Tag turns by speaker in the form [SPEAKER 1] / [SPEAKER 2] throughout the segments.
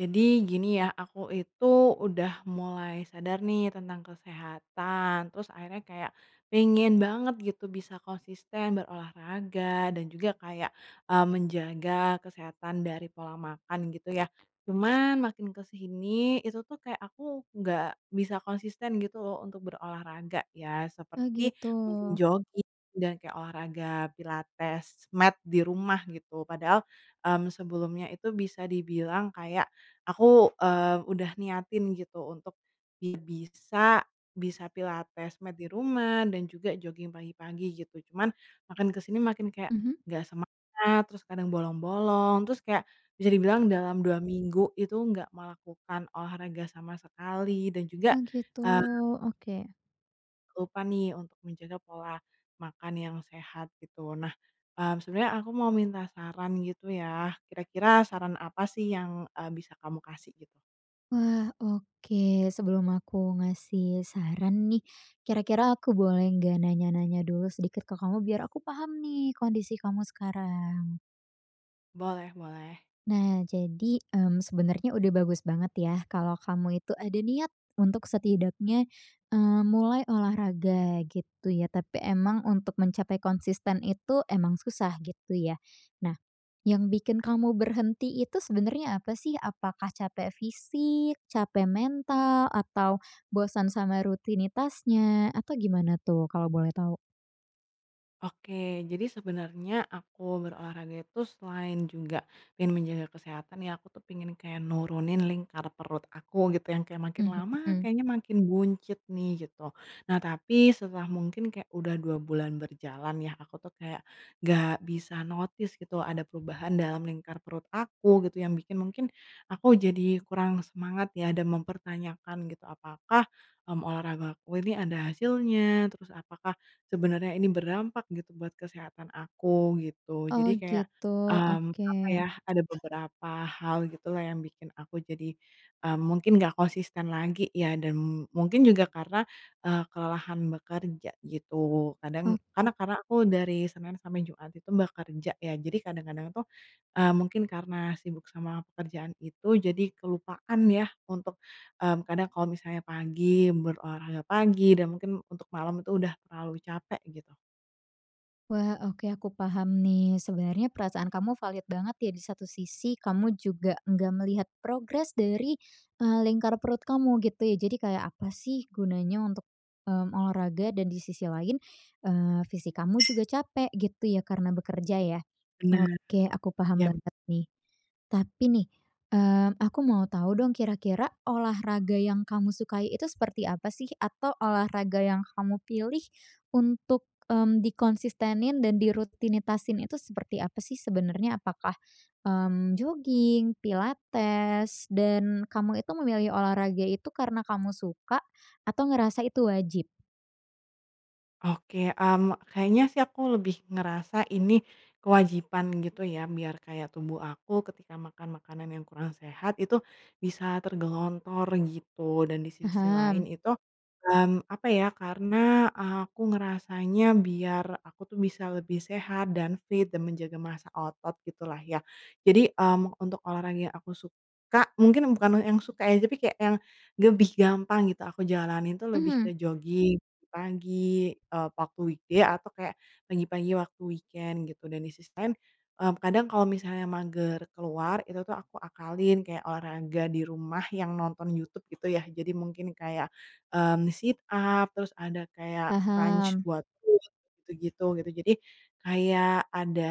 [SPEAKER 1] Jadi gini ya, aku itu udah mulai sadar nih tentang kesehatan, terus akhirnya kayak pengen banget gitu bisa konsisten berolahraga dan juga kayak, menjaga kesehatan dari pola makan gitu ya. Cuman makin ke sini itu tuh kayak aku nggak bisa konsisten gitu loh untuk berolahraga ya,
[SPEAKER 2] Oh
[SPEAKER 1] seperti
[SPEAKER 2] gitu.
[SPEAKER 1] mungkin jogging dan kayak olahraga pilates, mat di rumah gitu. Padahal, sebelumnya itu bisa dibilang kayak aku, udah niatin gitu untuk bi bisa bisa pilates mat di rumah dan juga jogging pagi-pagi gitu. Cuman makin kesini makin kayak
[SPEAKER 2] Mhm.
[SPEAKER 1] nggak semangat, terus kadang bolong-bolong, terus kayak bisa dibilang dalam 2 minggu itu nggak melakukan olahraga sama sekali dan juga,
[SPEAKER 2] Oh gitu,
[SPEAKER 1] eee,
[SPEAKER 2] oke.
[SPEAKER 1] lupa nih untuk menjaga pola makan yang sehat gitu. Nah, sebenarnya aku mau minta saran gitu ya, kira-kira saran apa sih yang, bisa kamu kasih gitu?
[SPEAKER 2] Wah, oke. Sebelum aku ngasih saran nih, kira-kira aku boleh nggak nanya-nanya dulu sedikit ke kamu biar aku paham nih kondisi kamu sekarang?
[SPEAKER 1] Boleh, boleh.
[SPEAKER 2] Nah, jadi, sebenarnya udah bagus banget ya kalau kamu itu ada niat untuk setidaknya, mulai olahraga gitu ya, tapi emang untuk mencapai konsisten itu emang susah gitu ya. Nah, yang bikin kamu berhenti itu sebenarnya apa sih? Apakah capek fisik, capek mental, atau bosan sama rutinitasnya, atau gimana tuh kalau boleh tahu?
[SPEAKER 1] Oke, jadi sebenarnya aku berolahraga itu selain juga pengen menjaga kesehatan ya, aku tuh pengen kayak nurunin lingkar perut aku gitu yang kayak makin
[SPEAKER 2] Mhm
[SPEAKER 1] lama
[SPEAKER 2] mhm.
[SPEAKER 1] kayaknya makin buncit nih gitu. Nah, tapi setelah mungkin kayak udah 2 bulan berjalan ya, aku tuh kayak gak bisa notice gitu ada perubahan dalam lingkar perut aku gitu yang bikin mungkin aku jadi kurang semangat ya dan mempertanyakan gitu apakah, olahraga aku ini ada hasilnya, terus apakah sebenarnya ini berdampak gitu buat kesehatan aku gitu.
[SPEAKER 2] Oh
[SPEAKER 1] Jadi kayak,
[SPEAKER 2] gitu, oke
[SPEAKER 1] apa ya, ada beberapa hal gitulah yang bikin aku jadi, mungkin nggak konsisten lagi ya dan mungkin juga karena, kelelahan bekerja gitu. Kadang
[SPEAKER 2] oke.
[SPEAKER 1] karena aku dari Senin sampai Jumat itu bekerja ya, jadi kadang-kadang tuh, mungkin karena sibuk sama pekerjaan itu jadi kelupaan ya untuk. Kadang kalau misalnya pagi, berolahraga pagi dan mungkin untuk malam itu udah terlalu capek gitu.
[SPEAKER 2] Wah, oke aku paham nih. Sebenarnya perasaan kamu valid banget ya di satu sisi kamu juga nggak melihat progres dari, lingkar perut kamu gitu ya. Jadi kayak apa sih gunanya untuk, olahraga dan di sisi lain, fisik kamu juga capek gitu ya karena bekerja ya.
[SPEAKER 1] Benar.
[SPEAKER 2] Oke, aku paham
[SPEAKER 1] Iya.
[SPEAKER 2] banget nih. Tapi nih, aku mau tahu dong kira-kira olahraga yang kamu sukai itu seperti apa sih? Atau olahraga yang kamu pilih untuk, dikonsistenin dan dirutinitasin itu seperti apa sih sebenarnya? Apakah, jogging, pilates, dan kamu itu memilih olahraga itu karena kamu suka atau ngerasa itu wajib?
[SPEAKER 1] Oke, kayaknya sih aku lebih ngerasa ini kewajiban gitu ya, biar kayak tubuh aku ketika makan makanan yang kurang sehat itu bisa tergelontor gitu. Dan di sisi lain
[SPEAKER 2] Paham,
[SPEAKER 1] itu, apa ya, karena aku ngerasanya biar aku tuh bisa lebih sehat dan fit dan menjaga massa otot gitulah ya. Jadi, untuk olahraga yang aku suka mungkin bukan yang suka ya, tapi kayak yang lebih gampang gitu aku jalanin tuh lebih ke
[SPEAKER 2] mhm,
[SPEAKER 1] jogging pagi, waktu weekday atau kayak pagi-pagi waktu weekend gitu dan di sisi lain, kadang kalau misalnya mager keluar itu tuh aku akalin kayak olahraga di rumah yang nonton YouTube gitu ya jadi mungkin kayak, sit up terus ada kayak crunch
[SPEAKER 2] paham,
[SPEAKER 1] buat perut gitu-gitu gitu jadi, kayak ada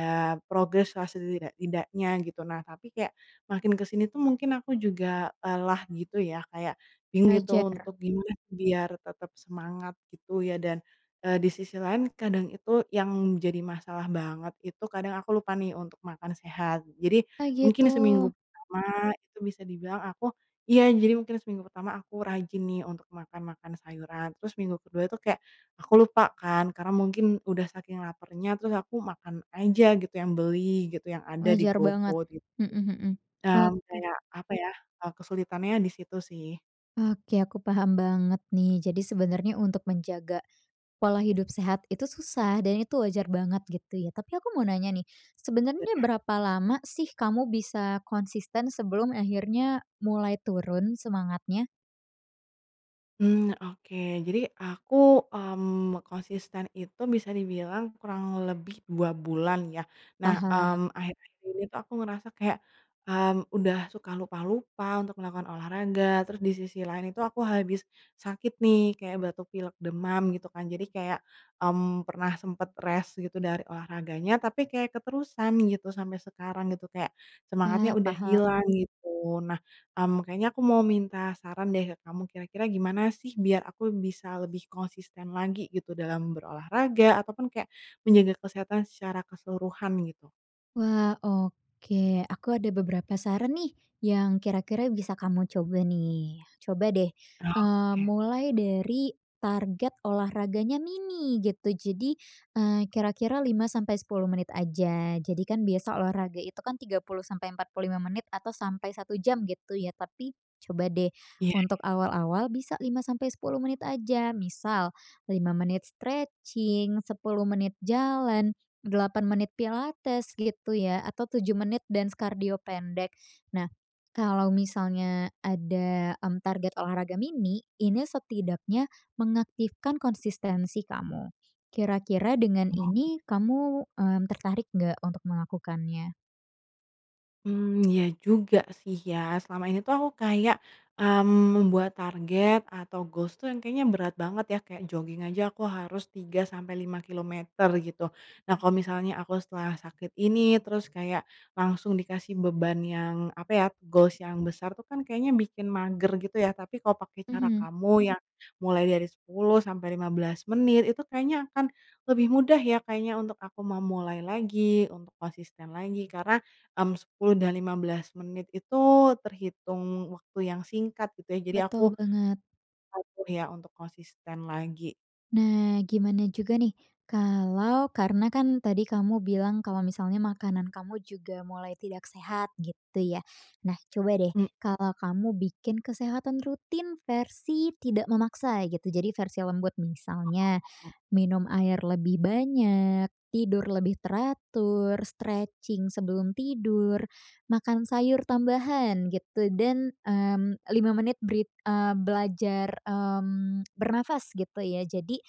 [SPEAKER 1] progres lah setidak-tidaknya gitu. Nah tapi kayak makin ke sini tuh mungkin aku juga lah gitu ya, kayak bingung gitu
[SPEAKER 2] wajar.
[SPEAKER 1] untuk gimana biar tetap semangat gitu ya dan, di sisi lain kadang itu yang jadi masalah banget itu kadang aku lupa nih untuk makan sehat. Jadi
[SPEAKER 2] Oh
[SPEAKER 1] mungkin
[SPEAKER 2] gitu.
[SPEAKER 1] seminggu pertama itu bisa dibilang aku iya, jadi mungkin seminggu pertama aku rajin nih untuk makan-makan sayuran, terus minggu kedua itu kayak aku lupa kan karena mungkin udah saking laparnya terus aku makan aja gitu yang beli gitu, yang ada di
[SPEAKER 2] Wajar banget.
[SPEAKER 1] GoFood gitu.
[SPEAKER 2] Mhm mhm.
[SPEAKER 1] Mmm,
[SPEAKER 2] Oke.
[SPEAKER 1] kayak apa ya, kesulitannya di situ sih.
[SPEAKER 2] Oke, aku paham banget nih. Jadi sebenarnya untuk menjaga pola hidup sehat itu susah dan itu wajar banget gitu ya. Tapi aku mau nanya nih, sebenarnya berapa lama sih kamu bisa konsisten sebelum akhirnya mulai turun semangatnya?
[SPEAKER 1] Mmm, oke. Jadi aku, konsisten itu bisa dibilang kurang lebih 2 bulan ya. Nah,
[SPEAKER 2] Paham.
[SPEAKER 1] akhir-akhir ini tuh aku ngerasa kayak, udah suka lupa-lupa untuk melakukan olahraga, terus di sisi lain itu aku habis sakit nih, kayak batuk pilek demam gitu kan. Jadi kayak, pernah sempet rest gitu dari olahraganya, tapi kayak keterusan gitu sampai sekarang gitu, kayak semangatnya
[SPEAKER 2] Ah,
[SPEAKER 1] udah
[SPEAKER 2] paham.
[SPEAKER 1] hilang gitu. Nah, kayaknya aku mau minta saran deh ke kamu, kira-kira gimana sih biar aku bisa lebih konsisten lagi gitu dalam berolahraga ataupun kayak menjaga kesehatan secara keseluruhan gitu?
[SPEAKER 2] Wah, oke. Aku ada beberapa saran nih yang kira-kira bisa kamu coba nih. Coba deh,
[SPEAKER 1] Oke.
[SPEAKER 2] mulai dari target olahraganya mini gitu. Jadi, kira-kira 5 sampai 10 menit aja. Jadi kan biasa olahraga itu kan 30 sampai 45 menit atau sampai 1 jam gitu ya. Tapi coba deh untuk awal-awal bisa 5 sampai 10 menit aja. Misal 5 menit stretching, 10 menit jalan, 8 menit pilates gitu ya, atau 7 menit dance kardio pendek. Nah, kalau misalnya ada, target olahraga mini, ini setidaknya mengaktifkan konsistensi kamu. Kira-kira dengan ini kamu, tertarik nggak untuk melakukannya?
[SPEAKER 1] Hmm, ya juga sih ya. Selama ini tuh aku kayak, membuat target atau goals tuh yang kayaknya berat banget ya, kayak jogging aja aku harus 3 sampai 5 kilometer gitu. Nah, kalau misalnya aku setelah sakit ini, terus kayak langsung dikasih beban yang, apa ya, goals yang besar tuh kan kayaknya bikin mager gitu ya. Tapi kalau pakai cara
[SPEAKER 2] Mhm,
[SPEAKER 1] kamu yang mulai dari 10 sampai 15 menit, itu kayaknya akan lebih mudah ya kayaknya untuk aku memulai lagi, untuk konsisten lagi. Karena 10 dan 15 menit itu terhitung waktu yang singkat gitu ya, jadi
[SPEAKER 2] betul
[SPEAKER 1] aku
[SPEAKER 2] banget.
[SPEAKER 1] atur ya untuk konsisten lagi.
[SPEAKER 2] Nah, gimana juga nih, kalau karena kan tadi kamu bilang kalau misalnya makanan kamu juga mulai tidak sehat gitu ya. Nah, coba deh
[SPEAKER 1] Mmm,
[SPEAKER 2] kalau kamu bikin kesehatan rutin versi tidak memaksa gitu, jadi versi lembut misalnya minum air lebih banyak, tidur lebih teratur, stretching sebelum tidur, makan sayur tambahan gitu dan, 5 menit beri belajar, bernafas gitu ya. Jadi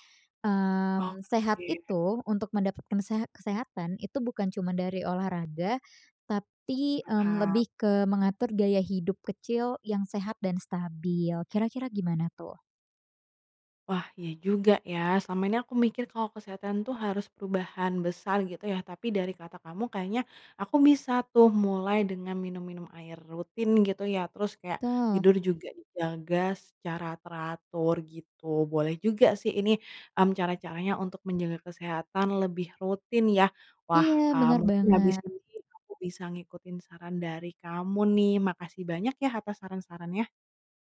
[SPEAKER 2] Sehat
[SPEAKER 1] oke,
[SPEAKER 2] itu untuk mendapatkan kesehatan itu bukan cuma dari olahraga, tapi,
[SPEAKER 1] paham.
[SPEAKER 2] lebih ke mengatur gaya hidup kecil yang sehat dan stabil. Kira-kira gimana tuh?
[SPEAKER 1] Wah, iya juga ya. Selama ini aku mikir kalau kesehatan tuh harus perubahan besar gitu ya, tapi dari kata kamu kayaknya aku bisa tuh mulai dengan minum-minum air rutin gitu ya, terus kayak
[SPEAKER 2] Betul.
[SPEAKER 1] tidur juga dijaga secara teratur gitu. Boleh juga sih ini, cara-caranya untuk menjaga kesehatan lebih rutin ya. Wah,
[SPEAKER 2] Iya, benar
[SPEAKER 1] mungkin habis
[SPEAKER 2] banget.
[SPEAKER 1] ini aku bisa ngikutin saran dari kamu nih. Makasih banyak ya atas saran-sarannya.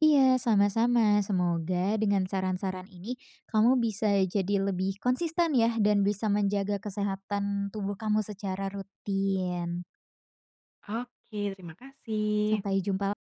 [SPEAKER 2] Iya, sama-sama. Semoga dengan saran-saran ini kamu bisa jadi lebih konsisten ya dan bisa menjaga kesehatan tubuh kamu secara rutin.
[SPEAKER 1] Oke, terima kasih.
[SPEAKER 2] Sampai jumpa.